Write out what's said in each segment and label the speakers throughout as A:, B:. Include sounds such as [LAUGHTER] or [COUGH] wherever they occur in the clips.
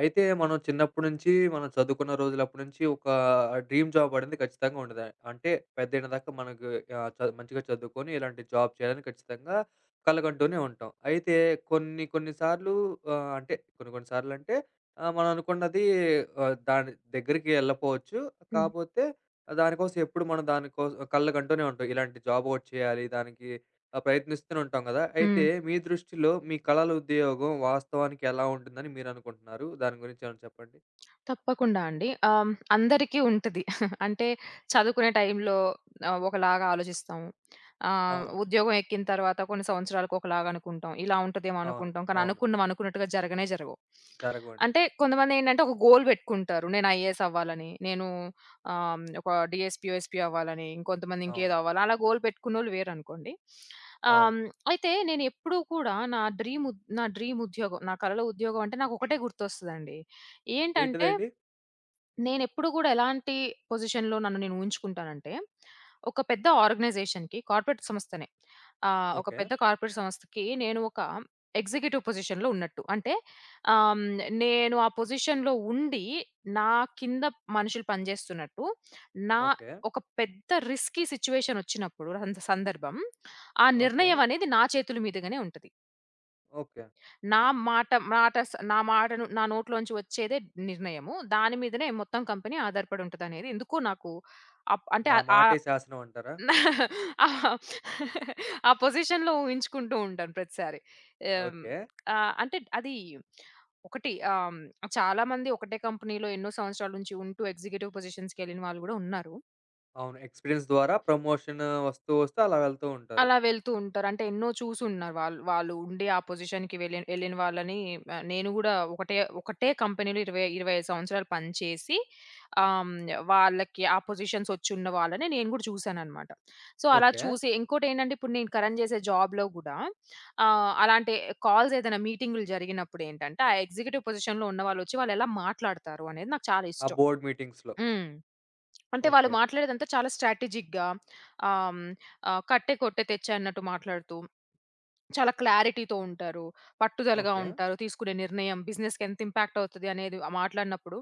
A: అయితే మనం చిన్నప్పటి నుంచి, మనం చదువుకున్న రోజులప్పటి నుంచి ఒక డ్రీమ్ జాబ్ అనేది ఖచ్చితంగా ఉండదా? అంటే పెద్దయిన దాకా మనకు ఆహ్, చ మంచిగా చదువుకొని ఇలాంటి జాబ్ చేయాలని ఖచ్చితంగా కలగంటూనే ఉంటాం. అయితే కొన్ని కొన్ని సార్లు అంటే కొన్ని కొన్ని సార్లంటే మనం అనుకున్నది దాని దగ్గరికి ఎళ్ళకపోవచ్చు.
B: హ్మ్.
A: కాపోతే దానికోసం ఎప్పుడు మనం దానికోసం కలలుగంటూనే ఉంటాం. ఇలాంటి జాబ్ ఒకటి చేయాలి. దానికి ఆ! ప్రయత్నిస్తూనే ఉంటాం గదా! అయితే
B: హ్మ్.
A: మీ దృష్టిలో మీ కలల ఉద్యోగం వాస్తవానికి ఎలా ఉంటుందని మీరనుకుంటున్నారు? దాని గురించి ఏమైనా చెప్పండి?
B: తప్పకుండా అండి. అందరికీ ఉంటది. [LAUGHS] అంటే చదువుకునే టైంలో ఒకలాగా ఆలోచిస్తాము.
A: అవును.
B: ఉద్యోగం ఎక్కిన తర్వాత కొన్ని సంవత్సరాలకు ఒకలాగా అనుకుంటాం. ఇలా ఉంటదేమో
A: అవును.
B: అనుకుంటాం. కానీ
A: అవును.
B: అనుకున్నవి అనుకున్నట్టుగా జరగనే జరగవు.
A: జరగవండి.
B: అంటే కొంతమందేంటంటే ఒక గోల్ పెట్టుకుంటారు. నేను ఐఏఎస్ అవ్వాలని, నేను ఒక డీఎస్‌పీ, ఓఎస్‌పీ అవ్వాలని, ఇంకొంతమంది ఇంకేదో
A: అవును.
B: అవ్వాలి. అలా గోల్ పెట్టుకున్నోళ్ళు వేరనుకోండి.
A: అవును.
B: ఆహ్, అయితే నేను ఎప్పుడూ కూడా నా డ్రీమ్ ఉద్యోగం, నా కలలో ఉద్యోగం అంటే నాకొకటే గుర్తొస్తదండి. ఏంటంటే
A: ఏంటిదండి?
B: నేనెప్పుడు గూడా ఎలాంటి పొజిషన్‌లో నన్ను నేను ఊహించుకుంటానంటే, ఒక పెద్ద ఆర్గనైజేషన్‌కి కార్పొరేట్ సంస్థనే. ఒక
A: ఓకే.
B: పెద్ద కార్పొరేట్ సంస్థకి నేను ఒక ఎగ్జిక్యూటివ్ పొజిషన్‌లో ఉన్నట్టు. అంటే ఆహ్, హ్మ్, నేను ఆ పొజిషన్‌లో ఉండి, నా కింద మనుషులు పనిజేస్తున్నట్టు, నా
A: ఓకే.
B: ఒక పెద్ద రిస్కీ సిట్యుయేషన్ ఒచ్చినప్పుడు రంద సందర్భం, ఆ
A: ఓకే.
B: నిర్ణయం అనేది నా చేతుల మీదుగానే ఉంటది.
A: ఓకే.
B: నా నా మాటను నా నోట్లోంచి వచ్చేదే నిర్ణయము. దాని మీదనే మొత్తం కంపెనీ ఆధారపడి ఉంటదనేది ఎందుకో నాకు అప్ అంటే
A: నా
B: ఆహ్,
A: మాటే శాసనం అంటారా?
B: ఆ [LAUGHS] పొజిషన్‌లో ఊహించుకుంటూ ఉంటాను ప్రతిసారి. ఆహ్,
A: ఓకే.
B: ఆహ్, అంటే అది ఒకటి. చాలామంది ఒకటే కంపెనీలో ఎన్నో సంవత్సరాల నుంచి ఉంటూ ఎగ్జిక్యూటివ్ పొజిషన్స్‌కెళ్ళిన వాళ్ళు గూడా ఉన్నారు.
A: అవును. ఎక్స్‌పీరియన్స్ ద్వారా ప్రమోషన్ వస్తూ, వస్తూ అలా వెళ్తూ ఉంటారు.
B: అలా వెళ్తూ ఉంటారు. అంటే ఎన్నో చూసున్నారు. వాళ్ళు వాళ్ళు ఉండే ఆ పొజిషన్‌కి వెళ్ళిన వాళ్ళని, నేను గూడా ఒకటే ఒకటే కంపెనీలో 20, 25 సంవత్సరాలు పనిచేసి ఆహ్, హ్మ్, వాళ్ళకి ఆ పొజిషన్స్ వచ్చున్న వాళ్ళని నేను గూడా చూసాననమాట. సో, అలా
A: ఓకే.
B: చూసి ఇంకోటేంటంటే ఇప్పుడు నేను కరెంట్ చేసే జాబ్‌లో గూడా అలాంటి కాల్స్ ఏదైనా మీటింగులు జరిగినప్పుడేంటంటే, ఆ ఎగ్జిక్యూటివ్ పొజిషన్‌లో ఉన్నవాళ్ళొచ్చి వాళ్ళెలా మాట్లాడతారు అనేది నాకు చాలా
A: ఆ
B: ఇష్టం.
A: బోర్డ్ మీటింగ్స్‌లో.
B: హ్మ్. అంటే వాళ్ళు
A: ఓకే.
B: మాట్లాడేదంతా చాలా స్ట్రాటజిక్‌గా, ఆహ్, హ్మ్, కట్టే కొట్టే తెచ్చే అన్నట్టు మాట్లాడుతూ, చాలా క్లారిటీతో ఉంటారు. పట్టుదలగా
A: ఓకే.
B: ఉంటారు. తీసుకునే నిర్ణయం బిజినెస్‌కి ఎంత ఇంపాక్ట్ అవుతది అనేది మాట్లాడినప్పుడు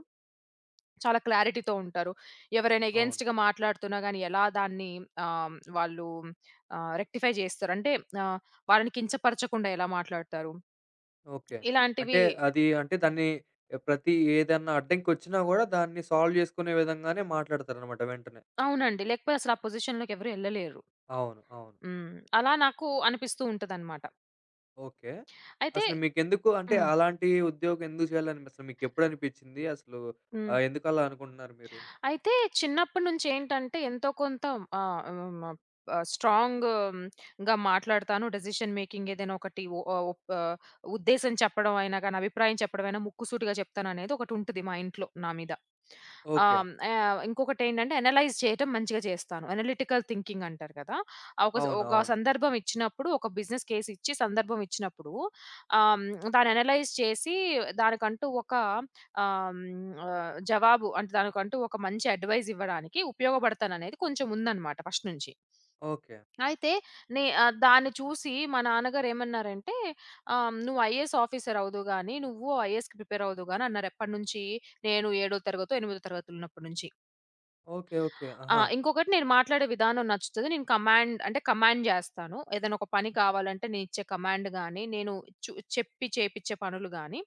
B: చాలా క్లారిటీతో ఉంటారు. ఎవరైనా
A: అవును.
B: ఎగెయిన్స్ట్‌గా మాట్లాడుతున్నా గాని ఎలా దాన్ని వాళ్ళు రెక్టిఫై చేస్తారు. అంటే ఆహ్, వాళ్ళని కించపరచకుండా ఎలా మాట్లాడతారు
A: ఓకే.
B: ఇలాంటివి.
A: అంటే అది అంటే దాన్ని ప్రతి ఏదన్నా అడ్డంకొచ్చినా గూడా దాన్ని సాల్వ్ జేసుకునే విధంగానే మాట్లాడతారనమాట వెంటనే.
B: అవునండి, లేకపోతే అసలు ఆ పొజిషన్‌లోకి ఎవరు ఎళ్ళలేరు.
A: అవును. అవును.
B: హ్మ్. అలా నాకు అనిపిస్తూ ఉంటదన్నమాట.
A: ఓకే.
B: అయితే
A: అసలు మీకెందుకు అంటే
B: హ్మ్.
A: అలాంటి ఉద్యోగం ఎందుకు చేయాలని అసలు మీకెప్పుడనిపిచ్చింది? అసలు
B: హ్మ్.
A: ఎందుకలా అనుకుంటున్నారు మీరు?
B: అయితే చిన్నప్పటి నుంచి ఏంటంటే ఎంతో కొంత ఆహ్, హ్మ్. స్ట్రాంగ్‌గా మాట్లాడతాను. డెసిషన్ మేకింగ్ ఏదైనా ఒకటి ఒ ఆహ్, ఒప్ ఆహ్, ఉద్దేశం చెప్పడం అయినా గాని, అభిప్రాయం చెప్పడం అయినా ముక్కుసూటిగా చెప్తాననేది ఒకటుంటది మా ఇంట్లో నా మీద.
A: ఓకే.
B: ఆహ్, ఆహ్, ఇంకొకటేంటంటే అనలైజ్ చేయటం మంచిగా చేస్తాను. అనలిటికల్ థింకింగ్ అంటారు కదా! ఆ ఒక
A: అవును.
B: ఒక
A: అవును.
B: సందర్భం ఇచ్చినప్పుడు, ఒక బిజినెస్ కేస్ ఇచ్చి సందర్భం ఇచ్చినప్పుడు ఆహ్, దాన్ని అనలైజ్ చేసి దానికంటూ ఒక జవాబు అంటే దానికంటూ ఒక మంచి అడ్వైస్ ఇవ్వడానికి ఉపయోగపడతాననేది కొంచెం ఉందన్నమాట ఫస్ట్ నుంచి.
A: ఓకే.
B: అయితే దాన్ని చూసి మా నాన్నగారు ఏమన్నారంటే, "నువ్వు ఐఏఎస్ ఆఫీసర్ అవుదువు గాని, నువ్వు ఐఏఎస్‌కి ప్రిపేర్ అవుదువు గాని" అన్నారు. ఎప్పటినుంచి? నేను ఏడో తరగతో, ఎనిమిదో తరగతులున్నప్పటి నుంచి.
A: ఓకే. ఓకే.
B: ఆ!
A: ఆహా!
B: ఇంకొకటి నేను మాట్లాడే విధానం నచ్చుతది. నేను కమాండ్ అంటే కమాండ్ జేస్తాను. ఏదైనా ఒక పని కావాలంటే నేనిచ్చే కమాండ్ గాని, నేను చెప్పి చేపిచ్చే పనులు గాని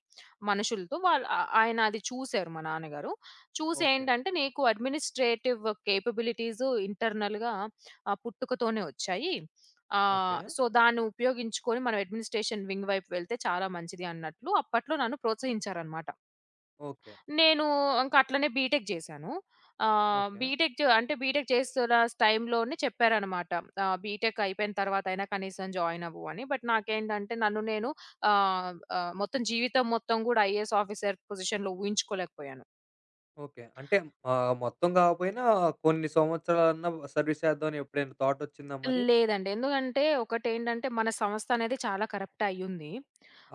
B: మనుషులతో వాళ్ళు ఆ ఆయన అది చూసారు మా నాన్నగారు. చూసి
A: ఓకే.
B: ఏంటంటే నీకు అడ్మినిస్ట్రేటివ్ కేపబిలిటీస్ ఇంటర్నల్‌గా పుట్టుకతోనే వచ్చాయి.
A: ఓకే.
B: సో, దాన్ని ఉపయోగించుకొని మనం అడ్మినిస్ట్రేషన్ వింగ్ వైపు వెళ్తే చాలా మంచిది అన్నట్లు అప్పట్లో నన్ను ప్రోత్సహించారన్నమాట.
A: ఓకే.
B: నేను ఇంక అట్లనే బీటెక్ జేశాను. ఆహ్,
A: ఓకే.
B: బీటెక్ జ అంటే బీటెక్ చేస్తున్న టైంలోనే చెప్పారనమాట. బీటెక్ అయిపోయిన తర్వాతైనా కనీసం జాయిన్ అవ్వు అని. బట్ నాకేంటంటే నన్ను నేను ఆహ్, ఆహ్, మొత్తం జీవితం మొత్తం గూడా ఐఏఎస్ ఆఫీసర్ పొజిషన్‌లో ఊహించుకోలేకపోయాను.
A: ఓకే. అంటే మొత్తం గాకపోయినా కొన్ని సంవత్సరాలన్నా సర్వీస్ చేద్దామని ఎప్పుడైనా థాటొచ్చిందా మరి?
B: లేదండి. ఎందుకంటే ఒకటేంటంటే మన సంస్థ అనేది చాలా కరప్ట్ అయ్యుంది.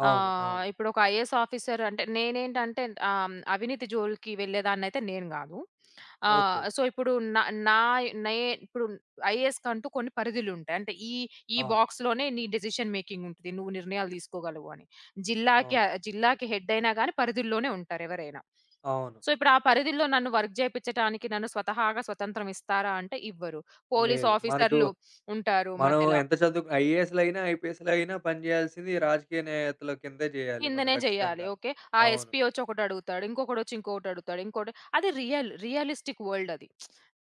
A: అవును. అవును.
B: ఇప్పుడు ఒక ఐఏఎస్ ఆఫీసర్ అంటే నేనేంటంటే అవినీతి జోలికి వెళ్ళేదాన్నయితే నేను గాదు.
A: ఓకే.
B: సో, ఇప్పుడు నా నా నే ఇప్పుడు ఐఏఎస్‌కంటూ కొన్ని పరిధులుంటాయి. అంటే ఈ ఈ
A: అవును.
B: బాక్స్‌లోనే నీ డెసిషన్ మేకింగ్ ఉంటది. నువ్వు నిర్ణయాలు తీసుకోగలవు అని. జిల్లాకి
A: అవును.
B: జిల్లాకి హెడ్ అయినా గాని పరిధుల్లోనే ఉంటారు ఎవరైనా.
A: అవును.
B: సో, ఇప్పుడు ఆ పరిధుల్లో నన్ను వర్క్ జేపిచ్చటానికి నన్ను స్వతహాగా స్వతంత్రం ఇస్తారా అంటే ఇవ్వరు. పోలీస్
A: లేదు. మనకు
B: ఆఫీసర్‌లు ఉంటారు
A: మనం
B: మధ్యలో.
A: ఎంత చదువు ఐఏఎస్‌లయినా, ఐపీఎస్‌లయినా పని జేయాల్సింది రాజకీయ నేతల కిందే జేయాలి మనం
B: కిందనే జేయాలి.
A: ఖచ్చితంగా.
B: ఓకే. ఆ
A: అవును.
B: ఎస్‌పీ వచ్చి ఒకటడుగుతాడు. ఇంకొకడొచ్చి ఇంకొకటడుగుతాడు. ఇంకోటి అది రియలిస్టిక్ వరల్డ్ అది.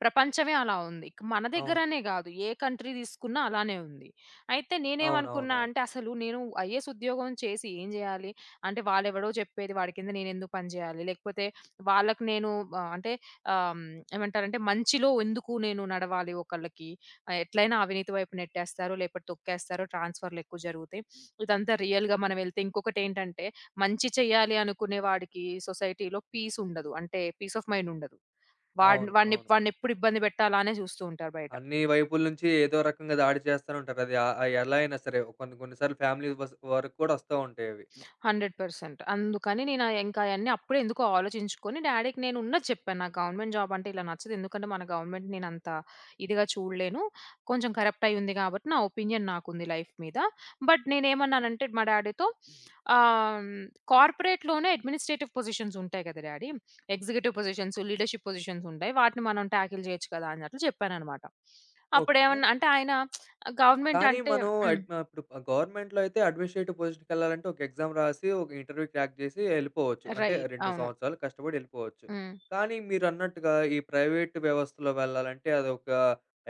B: ప్రపంచమే అలా ఉంది. ఇక మన
A: అవును.
B: దగ్గరనే గాదు. ఏ కంట్రీ తీసుకున్నా అలానే ఉంది. అయితే నేనేమనుకున్నా
A: అవునవునవును.
B: అంటే అసలు నేను ఐఏఎస్ ఉద్యోగం చేసి ఏం జేయాలి? అంటే వాళ్ళెవడో చెప్పేది వాడి కింద నేనెందుకు పని జేయాలి? లేకపోతే వాళ్ళకి నేను అంటే ఆహ్, హ్మ్, ఏమంటారంటే మంచిలో ఎందుకు నేను నడవాలి ఒకళ్ళకి? ఎట్లైనా అవినీతి వైపు నెట్టేస్తారు. లేకపోతే తొక్కేస్తారు. ట్రాన్స్‌ఫర్‌లెక్కువ జరుగుతాయి. ఇదంతా రియల్‌గా మనమెళ్తే ఇంకొకటేంటంటే, మంచి చేయాలి అనుకునే వాడికి సొసైటీలో పీసుండదు. అంటే పీస్ ఆఫ్ మైండుండదు. వాడిని
A: అవును. అవును. అవును
B: వాడిని
A: అవును
B: వాడినెప్పుడు ఇబ్బంది పెట్టాలా అనే చూస్తూ ఉంటారు బయట.
A: అన్ని వైపుల నుంచి ఏదో రకంగా దాడి చేస్తూనే ఉంటారు. అది ఎలా అయినా సరే కొన్ని కొన్ని సార్లు ఫ్యామిలీ వస్ వరకు కూడా వస్తా ఉంటాయవి.
B: 100%. అందుకని నేను ఇంకా అయన్నీ అప్పుడే ఎందుకో ఆలోచించుకొని డ్యాడీకి నేను ఉన్నది చెప్పాను. నాకు గవర్నమెంట్ జాబ్ అంటే ఇలా నచ్చదు. ఎందుకంటే మన గవర్నమెంట్ నేనంత ఇదిగా చూడలేను. కొంచెం కరప్ట్ అయ్యి ఉంది కాబట్టి నా ఒపీనియన్ నాకుంది లైఫ్ మీద. బట్ నేనేమన్నానంటే మా డ్యాడీతో ఆహ్, "కార్పొరేట్‌లోనే అడ్మినిస్ట్రేటివ్ పొజిషన్స్ ఉంటాయి కదా daddy! Executive positions, leadership positions ఉంటాయి. వాటిని మనం టాకిల్ చేయొచ్చు కదా!" అన్నట్లు చెప్పాననమాట.
A: ఓకే.
B: అప్పుడేమన్నా అంటే ఆయన గవర్నమెంట్
A: కానీ
B: అంటే హ్మ్.
A: ఇప్పుడు గవర్నమెంట్‌లో అయితే అడ్మినిస్ట్రేటివ్ పొజిషన్‌కెళ్ళాలంటే ఒక ఎగ్జామ్ రాసి, ఒక ఇంటర్వ్యూ క్రాక్ చేసి ఎళ్ళిపోవచ్చు. అంటే
B: రైట్.
A: 2
B: అవును.
A: సంవత్సరాలు కష్టపడి ఎళ్ళిపోవచ్చు.
B: హ్మ్.
A: కానీ మీరన్నట్టుగా ఈ ప్రైవేట్ వ్యవస్థలో వెళ్ళాలంటే అదొక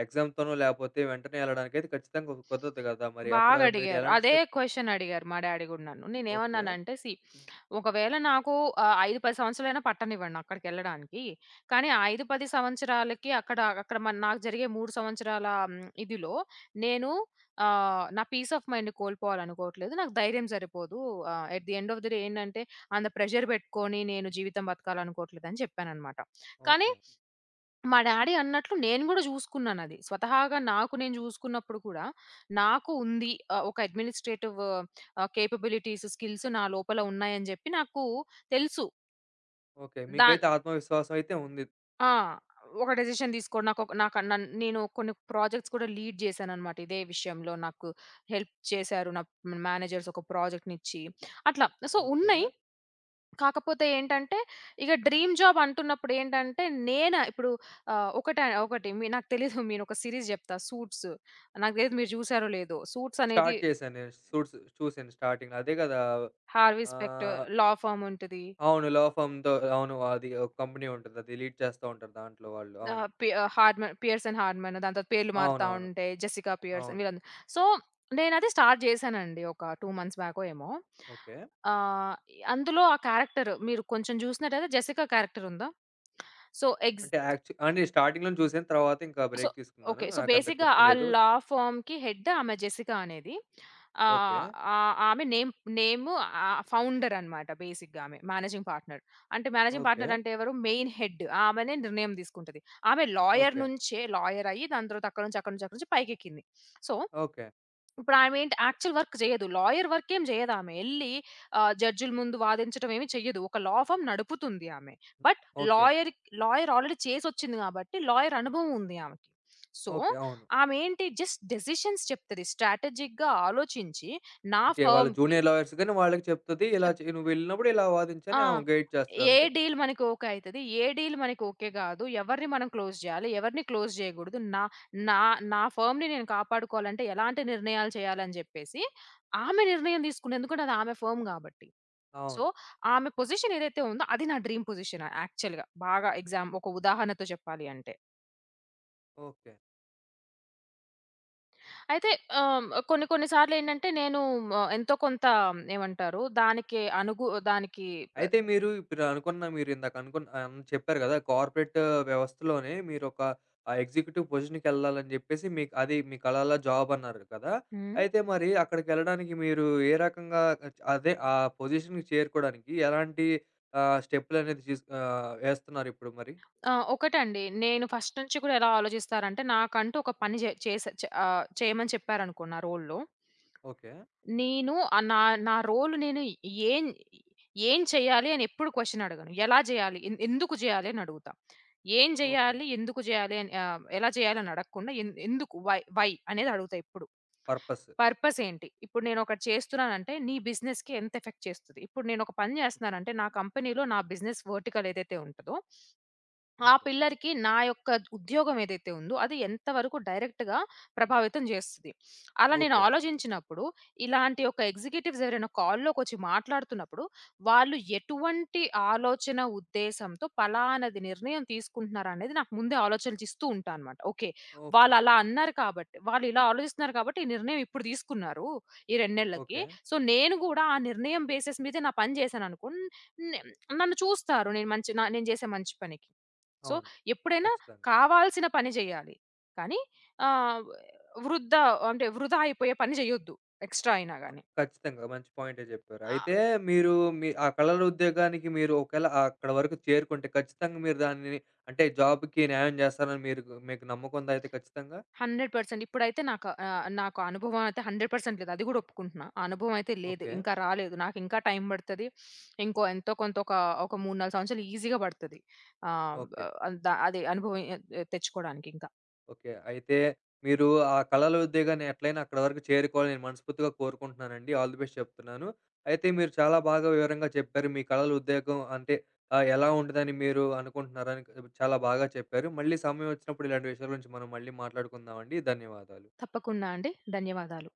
A: ఎగ్జామ్‌తోనో లేపోతే వెంటనే ఎళ్ళడానికైతే ఖచ్చితంగా ఒక కుదరదు కదా! మరి అప్పుడు
B: బాగా
A: మీరు
B: అడిగారు.
A: ఎలాంటి
B: అదే
A: స్టెప్
B: క్వెషన్ అడిగారు మా డ్యాడీ గూడా నన్ను.
A: ఓకే.
B: నేనేమన్నానంటే సీ ఒకవేళ నాకు 5, 10 సంవత్సరాలైనా పట్టనివ్వండి అక్కడికెళ్ళడానికి. కానీ ఆ 5, 10 సంవత్సరాలకి అక్కడ అక్కడ మన నాకు జరిగే 3 సంవత్సరాల ఇదిలో నేను నా పీస్ ఆఫ్ మైండ్‌ని కోల్పోవాలనుకోవట్లేదు. నాకు ధైర్యం సరిపోదు. At the end of the day ఏంటంటే అంత ప్రెషర్ పెట్టుకొని నేను జీవితం బతకాలనుకోవట్లేదని చెప్పాననమాట. కానీ
A: ఓకే.
B: మా డ్యాడీ అన్నట్లు నేను గూడా జూసుకున్నానది. స్వతహాగా నాకు నేను జూసుకున్నప్పుడు కూడా, నాకు ఉంది ఒక అడ్మినిస్ట్రేటివ్ కేపబిలిటీస్, స్కిల్స్ నా లోపల ఉన్నాయని జెప్పి నాకు తెలుసు.
A: ఓకే.
B: దాన్
A: మీకైతే ఆత్మవిశ్వాసం అయితే ఉంది.
B: ఆ! ఒక డెసిషన్ దీసుకోవడం నాకొక నాకు నన్ నేను కొన్ని ప్రాజెక్ట్స్ కూడా లీడ్ జేశాననమాట. ఇదే విషయంలో నాకు హెల్ప్ చేశారు. నా మేనేజర్స్ ఒక ప్రాజెక్ట్‌నిచ్చి అట్లా. So,
A: okay.
B: ఉన్నాయి. కాకపోతే ఏంటంటే, ఇక డ్రీమ్ జాబ్ అంటున్నప్పుడు ఏంటంటే, నేనా ఇప్పుడు ఆహ్, ఒకట ఒకటి మీ నాకు తెలీదు నేనొక సీరీస్ జెప్తా 'సూట్స్.' నాకు తెలీదు మీరు జూసారో లేదో. 'సూట్స్' అనేది
A: స్టార్ట్ చేశాను నేను. సూట్స్ చూసాను స్టార్టింగ్ అదే కదా!
B: 'హార్వీ స్పెక్టర్'
A: ఆహ్
B: లా ఫర్మ్ ఉంటది.
A: అవును. 'లవ్ ఫర్మ్‌తో' అవును. అది ఒక కంపెనీ ఉంటది. అది లీడ్ చేస్తా ఉంటారు దాంట్లో వాళ్ళు. అవును.
B: హార్డ్‌మన్ 'పియర్సన్ హార్డ్‌మన్' దాని తర్వాత పేర్లు మారుతా
A: అవునవును.
B: ఉంటాయి. 'జెసికా పియర్సన్'
A: అవును.
B: వీళ్ళందరూ. సో, నేనది స్టార్ట్ జేశానండి ఒక 2 మంత్స్ బ్యాకో ఏమో.
A: ఓకే.
B: ఆహ్, అందులో ఆ క్యారెక్టర్ మీరు కొంచెం జూసినట్టయితే 'జెసికా' క్యారెక్టర్ ఉందా? సో, ఎగ్జాక్ట్
A: అంటే స్టార్టింగ్‌లోనే చూసాను. తర్వాత ఇంకా
B: సో
A: బ్రేక్ తీసుకున్నాను.
B: ఓకే. సో,
A: నాకంత
B: బేసిక్‌గా ఆ
A: గుర్తులేదు.
B: లా ఫర్మ్‌కి హెడ్ ఆమె జెసికా అనేది.
A: ఓకే.
B: ఆహ్, ఆహ్, ఆమె నేమ్ నేమ్ ఫౌండర్ అన్నమాట బేసిక్‌గా ఆమె. Managing partner. అంటే మేనేజింగ్
A: ఓకే.
B: పార్ట్నర్ అంటే ఎవరు? Main head. ఆమెనే నిర్ణయం తీసుకుంటది. ఆమె లాయర్
A: ఓకే.
B: నుంచే లాయర్ అయ్యి దాని తర్వాత అక్కడి నుంచి, అక్కడి నుంచి, అక్కడి నుంచి పైకెక్కింది. So,
A: okay.
B: ఇప్పుడామేంటి యాక్చువల్ వర్క్ జేయదు. లాయర్ వర్కేం జేయదామె. జడ్జిల ముందు వాదించడం ఏమి చెయ్యదు. ఒక లా ఫర్మ్ నడుపుతుంది ఆమె. But
A: okay.
B: Lawyer lawyer already చేసొచ్చింది గాబట్టి, లాయర్ అనుభవం ఉంది ఆమెకి. So,
A: okay. అవును.
B: ఆమేంటి జస్ట్ డెసిషన్స్ చెప్తది. స్ట్రాటజిక్‌గా ఆలోచించి నా
A: ఓకే. వాళ్ళ
B: ఫర్మ్‌కి
A: జూనియర్ లాయర్స్ గాని వాళ్ళకి చెప్తది. ఇలా
B: చెప్
A: చె నువ్వు వెళ్ళినప్పుడు ఇలా
B: ఆ!
A: వాదించని ఆమె గైడ్
B: ఏ
A: చేస్తదంతే.
B: డీల్ మనకి ఓకే అయితది. ఏ డీల్ మనకి ఓకే గాదు. ఎవరిని మనం క్లోజ్ జేయాలి. ఎవరిని క్లోజ్ జేయగూడదు. నా నా నా ఫర్మ్‌ని నేను కాపాడుకోవాలంటే ఎలాంటి నిర్ణయాలు చేయాలని జెప్పేసి ఆమె నిర్ణయం తీసుకుంది. ఎందుకంటే అది ఆమె ఫర్మ్ గాబట్టి. సో,
A: అవును.
B: ఆమె పొజిషన్ ఏదైతే ఉందో అది నా డ్రీమ్ పొజిషన్ యాక్చువల్‌గా. బాగా ఎగ్జామ్ ఒక ఉదాహరణతో చెప్పాలి అంటే.
A: ఓకే.
B: అయితే ఆహ్, కొన్ని కొన్ని సార్లు ఏంటంటే నేను ఎంతో కొంత ఏమంటారు దానికి దానికి బ
A: అయితే మీరు ఇందాక అనుకున్న ఆహ్, హ్మ్. చెప్పారు గదా! కార్పొరేట్ వ్యవస్థలోనే మీరొక ఎగ్జిక్యూటివ్ పొజిషన్‌కెళ్ళాలని జెప్పేసి మీకు అది మీ కలల జాబ్ అన్నారు కదా!
B: హ్మ్.
A: అయితే మరి అక్కడికెళ్ళడానికి మీరు ఏ రకంగా అదే ఆ పొజిషన్‌కి చేరుకోవడానికి ఎలాంటి స్టెప్పులనేది ఏస్తన్నారిప్పుడు మరి?
B: ఆ! ఒకటండి. నేను ఫస్ట్ నుంచి కూడా ఎలా ఆలోచిస్తారంటే, నాకంటూ ఒక పని జే చేసే చ ఆహ్, చేయమని చెప్పారనుకో నా రోల్‌లో.
A: ఓకే.
B: నేను ఆహ్, నా నా రోల్ నేను ఏం ఏం చేయాలి అని ఎప్పుడు క్వెషన్ అడగను. ఎలా చేయాలి? ఎందుకు చేయాలి అని అడుగుతా. ఏం
A: ఓకే.
B: చేయాలి? ఎందుకు చేయాలి? అని ఎలా చేయాలి అని అడగకుండా ఎందుకు? వై వై అనేది అడుగుతా ఎప్పుడు.
A: పర్పస్.
B: పర్పస్ ఏంటి? ఇప్పుడు నేను ఒకటి చేస్తున్నానంటే, నీ బిజినెస్‌కి ఎంత ఎఫెక్ట్ చేస్తది? ఇప్పుడు నేను ఒక పని చేస్తున్నానంటే, నా కంపెనీలో నా బిజినెస్ వర్టికల్ ఏదైతే ఉంటదో ఆ
A: ఓకే.
B: పిల్లర్‌కి నా యొక్క ఉద్యోగం ఏదైతే ఉందో అది ఎంతవరకు డైరెక్ట్‌గా ప్రభావితం చేస్తది. అలా నేను
A: ఓకే.
B: ఆలోచించినప్పుడు ఇలాంటి ఒక ఎగ్జిక్యూటివ్స్ ఎవరైనా కాల్‌లోకొచ్చి మాట్లాడుతున్నప్పుడు వాళ్ళు ఎటువంటి ఆలోచన, ఉద్దేశంతో పలానాది నిర్ణయం తీసుకుంటున్నారనేది నాకు ముందే ఆలోచనలిస్తూ ఉంటా అనమాట. ఓకే.
A: ఓకే.
B: వాళ్ళు అలా అన్నారు కాబట్టి వాళ్ళు ఇలా ఆలోచిస్తున్నారు కాబట్టి ఈ నిర్ణయం ఇప్పుడు తీసుకున్నారు. ఈ 2 నెలలకి.
A: ఓకే.
B: సో, నేను కూడా ఆ నిర్ణయం బేసిస్ మీదే నా పని చేశాననుకో నే నన్ను చూస్తారు నేను మంచి నా నేను చేసే మంచి పనికి. సో,
A: అవును.
B: ఎప్పుడైనా
A: ఖచ్చితంగా.
B: కావాల్సిన పని జేయాలి. కానీ ఆహ్, వృద్ధ అంటే వృధా అయిపోయే పని జేయొద్దు. ఎక్స్‌ట్రా అయినా
A: ఆ!
B: గాని.
A: ఖచ్చితంగా. మంచి పాయింటే జెప్పారు.
B: ఆ!
A: అయితే మీరు మీ ఆ కళల ఉద్యోగానికి మీరు ఒకవేళ అక్కడ వరకు చేరుకుంటే ఖచ్చితంగా మీరు దాన్ని అంటే జాబ్‌కి న్యాయం చేస్తారని మీకు నమ్మకం ఉందా అయితే ఖచ్చితంగా?
B: 100% ఇప్పుడైతే నాకు నాకు ఆ అనుభవం అయితే 100% లేదు. అది గూడా ఒప్పుకుంటున్నా. ఆ అనుభవం అయితే లేదు.
A: ఓకే.
B: ఇంకా రాలేదు. నాకింకా టైం బడతది. ఇంకో ఎంతో కొంత ఒక, ఒక 3, 4 సంవత్సరాలు ఈజీగా బడతది. ఆహ్,
A: ఓకే.
B: ఆహ్, ద అది అనుభవం తెచ్చుకోవడానికి ఇంకా.
A: ఓకే. అయితే మీరు ఆ కళల ఉద్యోగాన్ని ఎట్లైనా అక్కడ వరకు చేరుకోవాలని నేను మనస్ఫూర్తిగా కోరుకుంటున్నానండి. ఆల్ ది బెస్ట్ చెప్తున్నాను. అయితే మీరు చాలా బాగా వివరంగా చెప్పారు. మీ కళల ఉద్యోగం అంటే ఎలా ఉంటదని మీరు అనుకుంటున్నారని చాలా బాగా చెప్పారు. మళ్ళీ సమయం వచ్చినప్పుడు ఇలాంటి విషయాల గురించి మనం మళ్ళీ మాట్లాడుకుందామండి. ధన్యవాదాలు.
B: తప్పకుండా అండి. ధన్యవాదాలు.